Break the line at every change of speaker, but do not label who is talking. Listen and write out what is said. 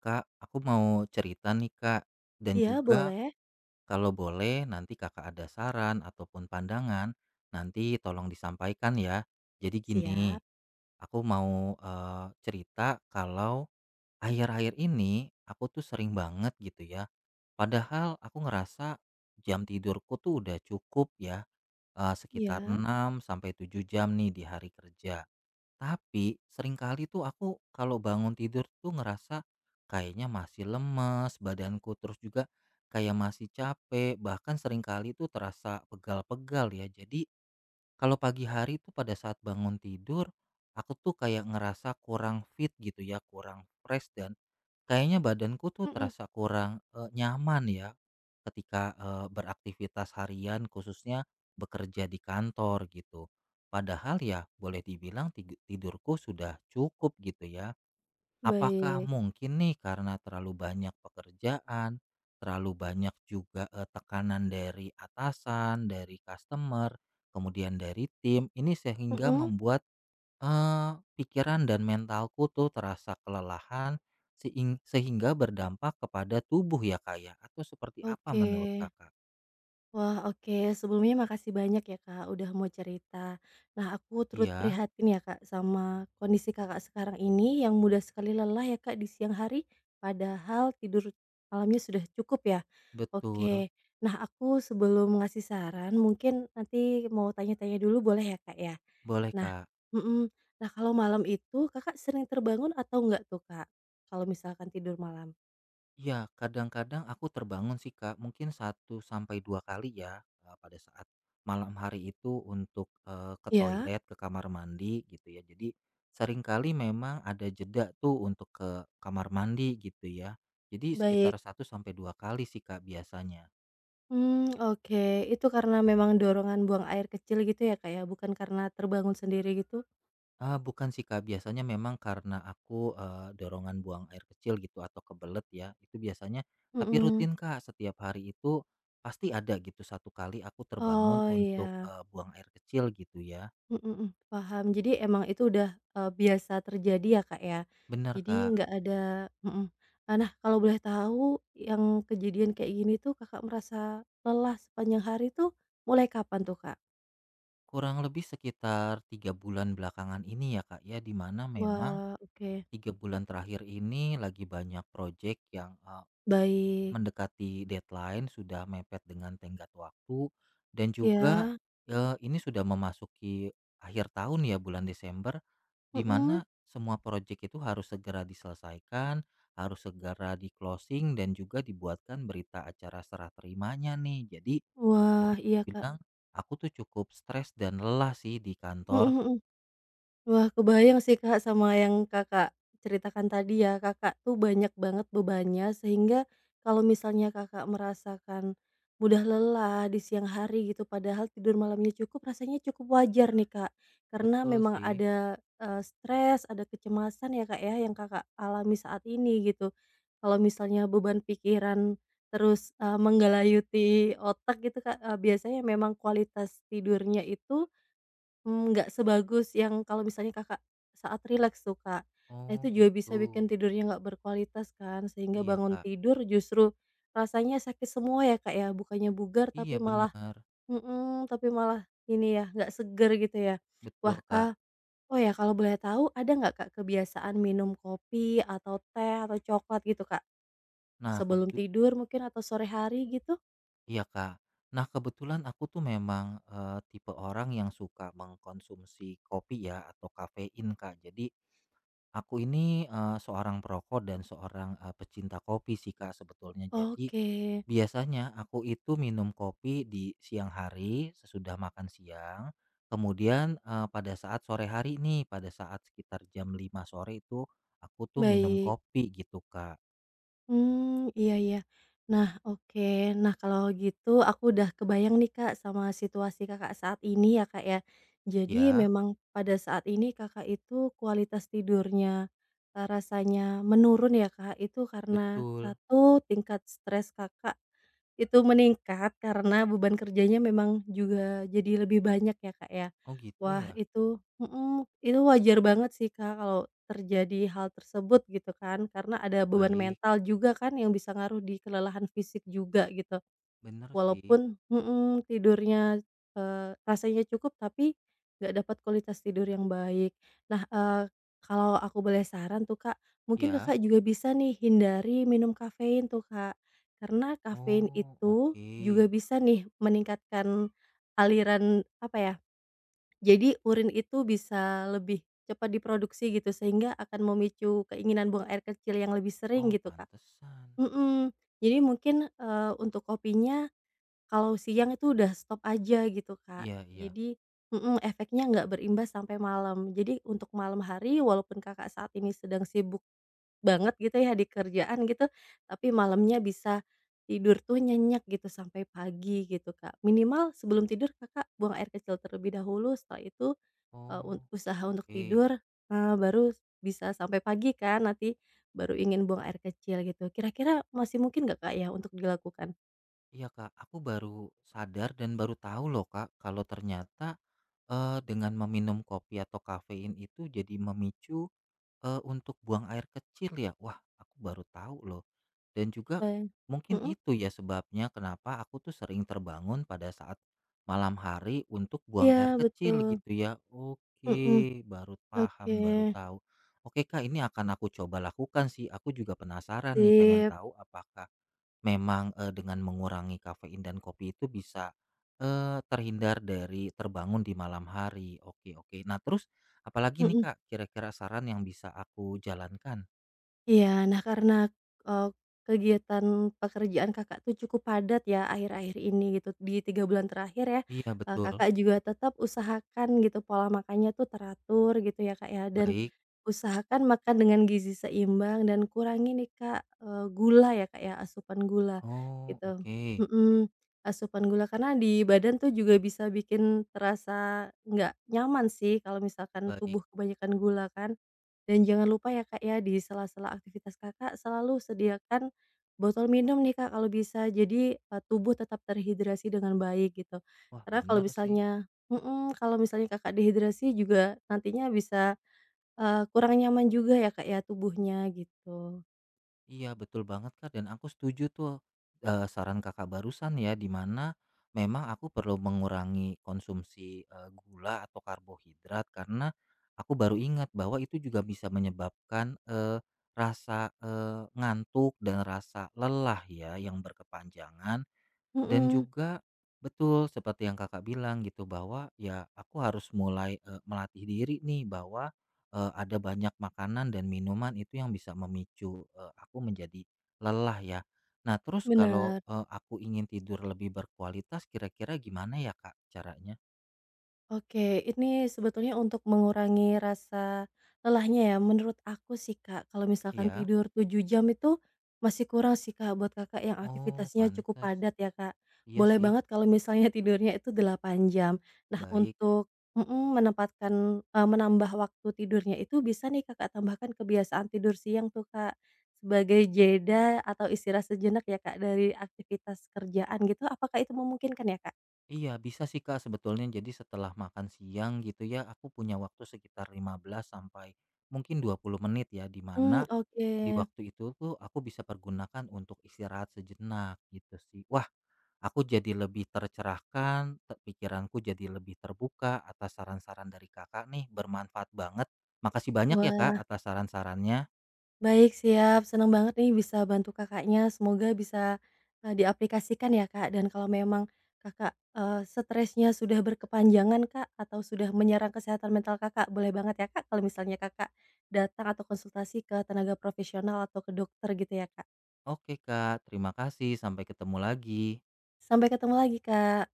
Kak, aku mau cerita nih Kak, dan
Iya
juga
boleh,
kalau boleh nanti Kakak ada saran ataupun pandangan, nanti tolong disampaikan ya. Jadi gini,
siap,
aku mau cerita kalau akhir-akhir ini aku tuh sering banget gitu ya. Padahal aku ngerasa jam tidurku tuh udah cukup ya, sekitar
iya.
6 sampai 7 jam nih di hari kerja. Tapi seringkali tuh aku kalau bangun tidur tuh ngerasa kayaknya masih lemes badanku, terus juga kayak masih capek, bahkan seringkali tuh terasa pegal-pegal ya. Jadi kalau pagi hari tuh pada saat bangun tidur, aku tuh kayak ngerasa kurang fit gitu ya, kurang fresh dan kayaknya badanku tuh
Mhm,
terasa kurang, nyaman ya ketika, beraktivitas harian khususnya bekerja di kantor gitu. Padahal ya boleh dibilang tidurku sudah cukup gitu ya. Apakah
baik,
mungkin nih karena terlalu banyak pekerjaan, terlalu banyak juga, tekanan dari atasan, dari customer, kemudian dari tim, ini sehingga
mhm,
membuat pikiran dan mentalku tuh terasa kelelahan, sehingga berdampak kepada tubuh ya, Kak, ya? Atau seperti apa
oke.
menurut Kakak?
Wah oke, sebelumnya makasih banyak ya Kak, udah mau cerita. Nah aku turut
Iya,
prihatin ya Kak, sama kondisi Kakak sekarang ini yang mudah sekali lelah ya Kak, di siang hari, padahal tidur malamnya sudah cukup ya.
betul.
Oke, nah aku sebelum ngasih saran mungkin nanti mau tanya-tanya dulu boleh ya Kak ya?
Boleh,
Nah
Kak.
mhm. Nah, kalau malam itu Kakak sering terbangun atau enggak tuh, Kak, kalau misalkan tidur malam?
Iya, kadang-kadang aku terbangun sih, Kak, mungkin 1 sampai 2 kali ya, pada saat malam hari itu untuk, ke
Ya,
toilet, ke kamar mandi gitu ya. Jadi seringkali memang ada jeda tuh untuk ke kamar mandi gitu ya. Jadi sekitar
baik.
1 sampai 2 kali sih, Kak, biasanya.
Mmm, oke. Itu karena memang dorongan buang air kecil gitu ya, Kak, ya? Bukan karena terbangun sendiri gitu?
Ah, bukan sih, Kak, biasanya memang karena aku, dorongan buang air kecil gitu atau kebelet ya, itu biasanya tapi
Mhm.
rutin, Kak, setiap hari itu pasti ada gitu 1 kali aku terbangun
Oh,
untuk,
iya.
buang air kecil gitu ya.
Mhm mhm, paham. Jadi emang itu udah, biasa terjadi ya, Kak, ya?
Bener,
Jadi
Kak,
nggak ada mhm. Ah, nah, kalau boleh tahu yang kejadian kayak gini tuh Kakak merasa lelah sepanjang hari tuh mulai kapan tuh, Kak?
kurang lebih sekitar 3 bulan belakangan ini ya, Kak, ya, di mana memang
Wah, oke.
3 bulan terakhir ini lagi banyak proyek yang,
Baik.
mendekati deadline, sudah mepet dengan tenggat waktu, dan juga,
Iya.
ini sudah memasuki akhir tahun ya, bulan Desember, di
Mhm.
mana semua proyek itu harus segera diselesaikan, harus segera di-closing, dan juga dibuatkan berita acara serah terimanya nih. Jadi
Wah,
boleh
iya, Kak.
bilang aku tuh cukup stres dan lelah sih di kantor.
Mhm mhm. Wah, kebayang sih, Kak, sama yang Kakak ceritakan tadi ya. Kakak tuh banyak banget bebannya, sehingga kalau misalnya Kakak merasakan mudah lelah di siang hari gitu, padahal tidur malamnya cukup, rasanya cukup wajar nih, Kak. Karena
Betul
memang
sih.
ada, stres, ada kecemasan ya, Kak, ya, yang Kakak alami saat ini gitu. Kalau misalnya beban pikiran terus, menggelayuti otak gitu, Kak, biasanya memang kualitas tidurnya itu Mmm, nggak sebagus yang kalau misalnya Kakak saat rileks tuh, Kak. Nah,
Oh
itu juga bisa
gitu.
bikin tidurnya nggak berkualitas kan, sehingga
Iya
bangun
Kak.
tidur justru rasanya sakit semua ya, Kak, ya, bukannya bugar tapi
Iya
malah
benar.
mhm, tapi malah ini ya, nggak seger gitu ya.
Betul
Wah,
Kak.
oh ya kalau boleh tahu ada nggak, Kak, kebiasaan minum kopi atau teh atau coklat gitu, Kak?
Nah
Sebelum
kebetu
tidur mungkin atau sore hari gitu?
Iya, Kak. Nah, kebetulan aku tuh memang, tipe orang yang suka mengkonsumsi kopi ya atau kafein, Kak. Jadi aku ini, seorang perokok dan seorang, pecinta kopi sih, Kak, sebetulnya. Jadi
Oke,
biasanya aku itu minum kopi di siang hari sesudah makan siang, kemudian, pada saat sore hari nih, pada saat sekitar jam 5 sore itu aku tuh minum
baik.
kopi gitu, Kak.
Mmm, iya iya. Nah, oke. Nah, kalau gitu aku udah kebayang nih, Kak, sama situasi Kakak saat ini ya, Kak, ya. Jadi
Ya,
memang pada saat ini Kakak itu kualitas tidurnya, rasanya menurun ya, Kak, itu karena
betul.
satu tingkat stres Kakak itu meningkat karena beban kerjanya memang juga jadi lebih banyak ya, Kak, ya?
Oh, gitu
Wah
ya?
itu mhm, itu wajar banget sih Kak, kalau terjadi hal tersebut gitu kan, karena ada beban
Baik,
mental juga kan yang bisa ngaruh di kelelahan fisik juga gitu.
bener sih.
Walaupun mhm, tidurnya, rasanya cukup tapi nggak dapat kualitas tidur yang baik. Nah, kalau aku boleh saran tuh Kak, mungkin
Ya.
Kakak juga bisa nih hindari minum kafein tuh Kak, karena kafein
Oh,
itu
oke.
juga bisa nih meningkatkan aliran, apa ya, jadi urin itu bisa lebih cepat diproduksi gitu sehingga akan memicu keinginan buang air kecil yang lebih sering
Oh,
gitu, Kak.
pantesan.
Mhm, jadi mungkin, untuk kopinya kalau siang itu udah stop aja gitu, Kak.
Iya iya.
Jadi mhm, efeknya nggak berimbas sampai malam. Jadi untuk malam hari walaupun Kakak saat ini sedang sibuk banget gitu ya di kerjaan gitu, tapi malamnya bisa tidur tuh nyenyak gitu sampai pagi gitu, Kak. Minimal sebelum tidur Kakak buang air kecil terlebih dahulu, setelah itu Eee, un
Oh,
usaha untuk
oke.
tidur, baru bisa sampai pagi kan nanti baru ingin buang air kecil gitu. Kira-kira masih mungkin nggak, Kak, ya untuk dilakukan?
Iya, Kak, aku baru sadar dan baru tahu loh, Kak, kalau ternyata, dengan meminum kopi atau kafein itu jadi memicu untuk buang air kecil ya? Wah, aku baru tahu loh. Dan juga
Bayang
mungkin
mhm,
itu ya sebabnya kenapa aku tuh sering terbangun pada saat malam hari untuk buang
iya
air kecil
betul,
gitu ya.
mhm,
Oke, baru
oke,
paham, baru tahu. Oke Kak, ini akan aku coba lakukan sih. Aku juga penasaran nih pengen
sip,
tahu apakah memang, dengan mengurangi kafein dan kopi itu bisa, terhindar dari terbangun di malam hari. Oke oke. Nah terus apalagi nih,
mhm.
Kak, kira-kira saran yang bisa aku jalankan?
Iya, nah karena, eee, kegiatan pekerjaan Kakak tuh cukup padat ya akhir-akhir ini gitu, di 3 bulan terakhir ya,
Iya betul.
Kakak juga tetap usahakan gitu pola makannya tuh teratur gitu ya, Kak, ya, dan
Baik.
usahakan makan dengan gizi seimbang dan kurangi nih, Kak, gula ya, Kak, ya, asupan gula
Oh,
gitu.
oke.
Mhm, asupan gula karena di badan tuh juga bisa bikin terasa nggak nyaman sih kalau misalkan tubuh
Baik.
kebanyakan gula kan. Dan jangan lupa ya, Kak, ya, di sela-sela aktivitas Kakak selalu sediakan botol minum nih, Kak, kalau bisa. Jadi, tubuh tetap terhidrasi dengan baik gitu.
Wah
Karena kalau
benar sih.
misalnya mhm, kalau misalnya Kakak dehidrasi juga nantinya bisa, kurang nyaman juga ya, Kak, ya, tubuhnya gitu.
Iya betul banget Kak, dan aku setuju tuh, saran Kakak barusan ya, di mana memang aku perlu mengurangi konsumsi, gula atau karbohidrat karena aku baru ingat bahwa itu juga bisa menyebabkan, rasa, ngantuk dan rasa lelah ya yang berkepanjangan dan
Mhm,
juga betul seperti yang Kakak bilang gitu bahwa ya aku harus mulai, melatih diri nih bahwa, ada banyak makanan dan minuman itu yang bisa memicu, aku menjadi lelah ya. Nah terus kalau,
bener.
aku ingin tidur lebih berkualitas kira-kira gimana ya, Kak, caranya?
Oke, ini sebetulnya untuk mengurangi rasa lelahnya ya, menurut aku sih Kak, kalau misalkan
Iya?
tidur 7 jam itu masih kurang sih Kak, buat Kakak yang
Oh
aktivitasnya cukup
pantas,
padat ya Kak.
iya
Boleh
sih,
banget kalau misalnya tidurnya itu 8 jam. Nah
baik.
untuk mhm, menempatkan, menambah waktu tidurnya itu bisa nih Kakak tambahkan kebiasaan tidur siang tuh Kak, sebagai jeda atau istirahat sejenak ya Kak, dari aktivitas kerjaan gitu, apakah itu memungkinkan ya Kak?
Iya bisa sih, Kak, sebetulnya jadi setelah makan siang gitu ya aku punya waktu sekitar 15 sampai mungkin 20 menit ya di
Hmm
mana
oke.
di waktu itu tuh aku bisa pergunakan untuk istirahat sejenak gitu sih. Wah, aku jadi lebih tercerahkan, pikiranku jadi lebih terbuka atas saran-saran dari kakak nih, bermanfaat banget. Makasih banyak ya kak
Wah.
atas saran-sarannya.
Baik, siap. Senang banget nih bisa bantu Kakaknya, semoga bisa, diaplikasikan ya, Kak, dan kalau memang Kakak, stresnya sudah berkepanjangan, Kak, atau sudah menyerang kesehatan mental Kakak, boleh banget ya, Kak, kalau misalnya Kakak datang atau konsultasi ke tenaga profesional atau ke dokter gitu ya, Kak.
Oke kak, terima kasih, sampai ketemu lagi.
Sampai ketemu lagi, Kak.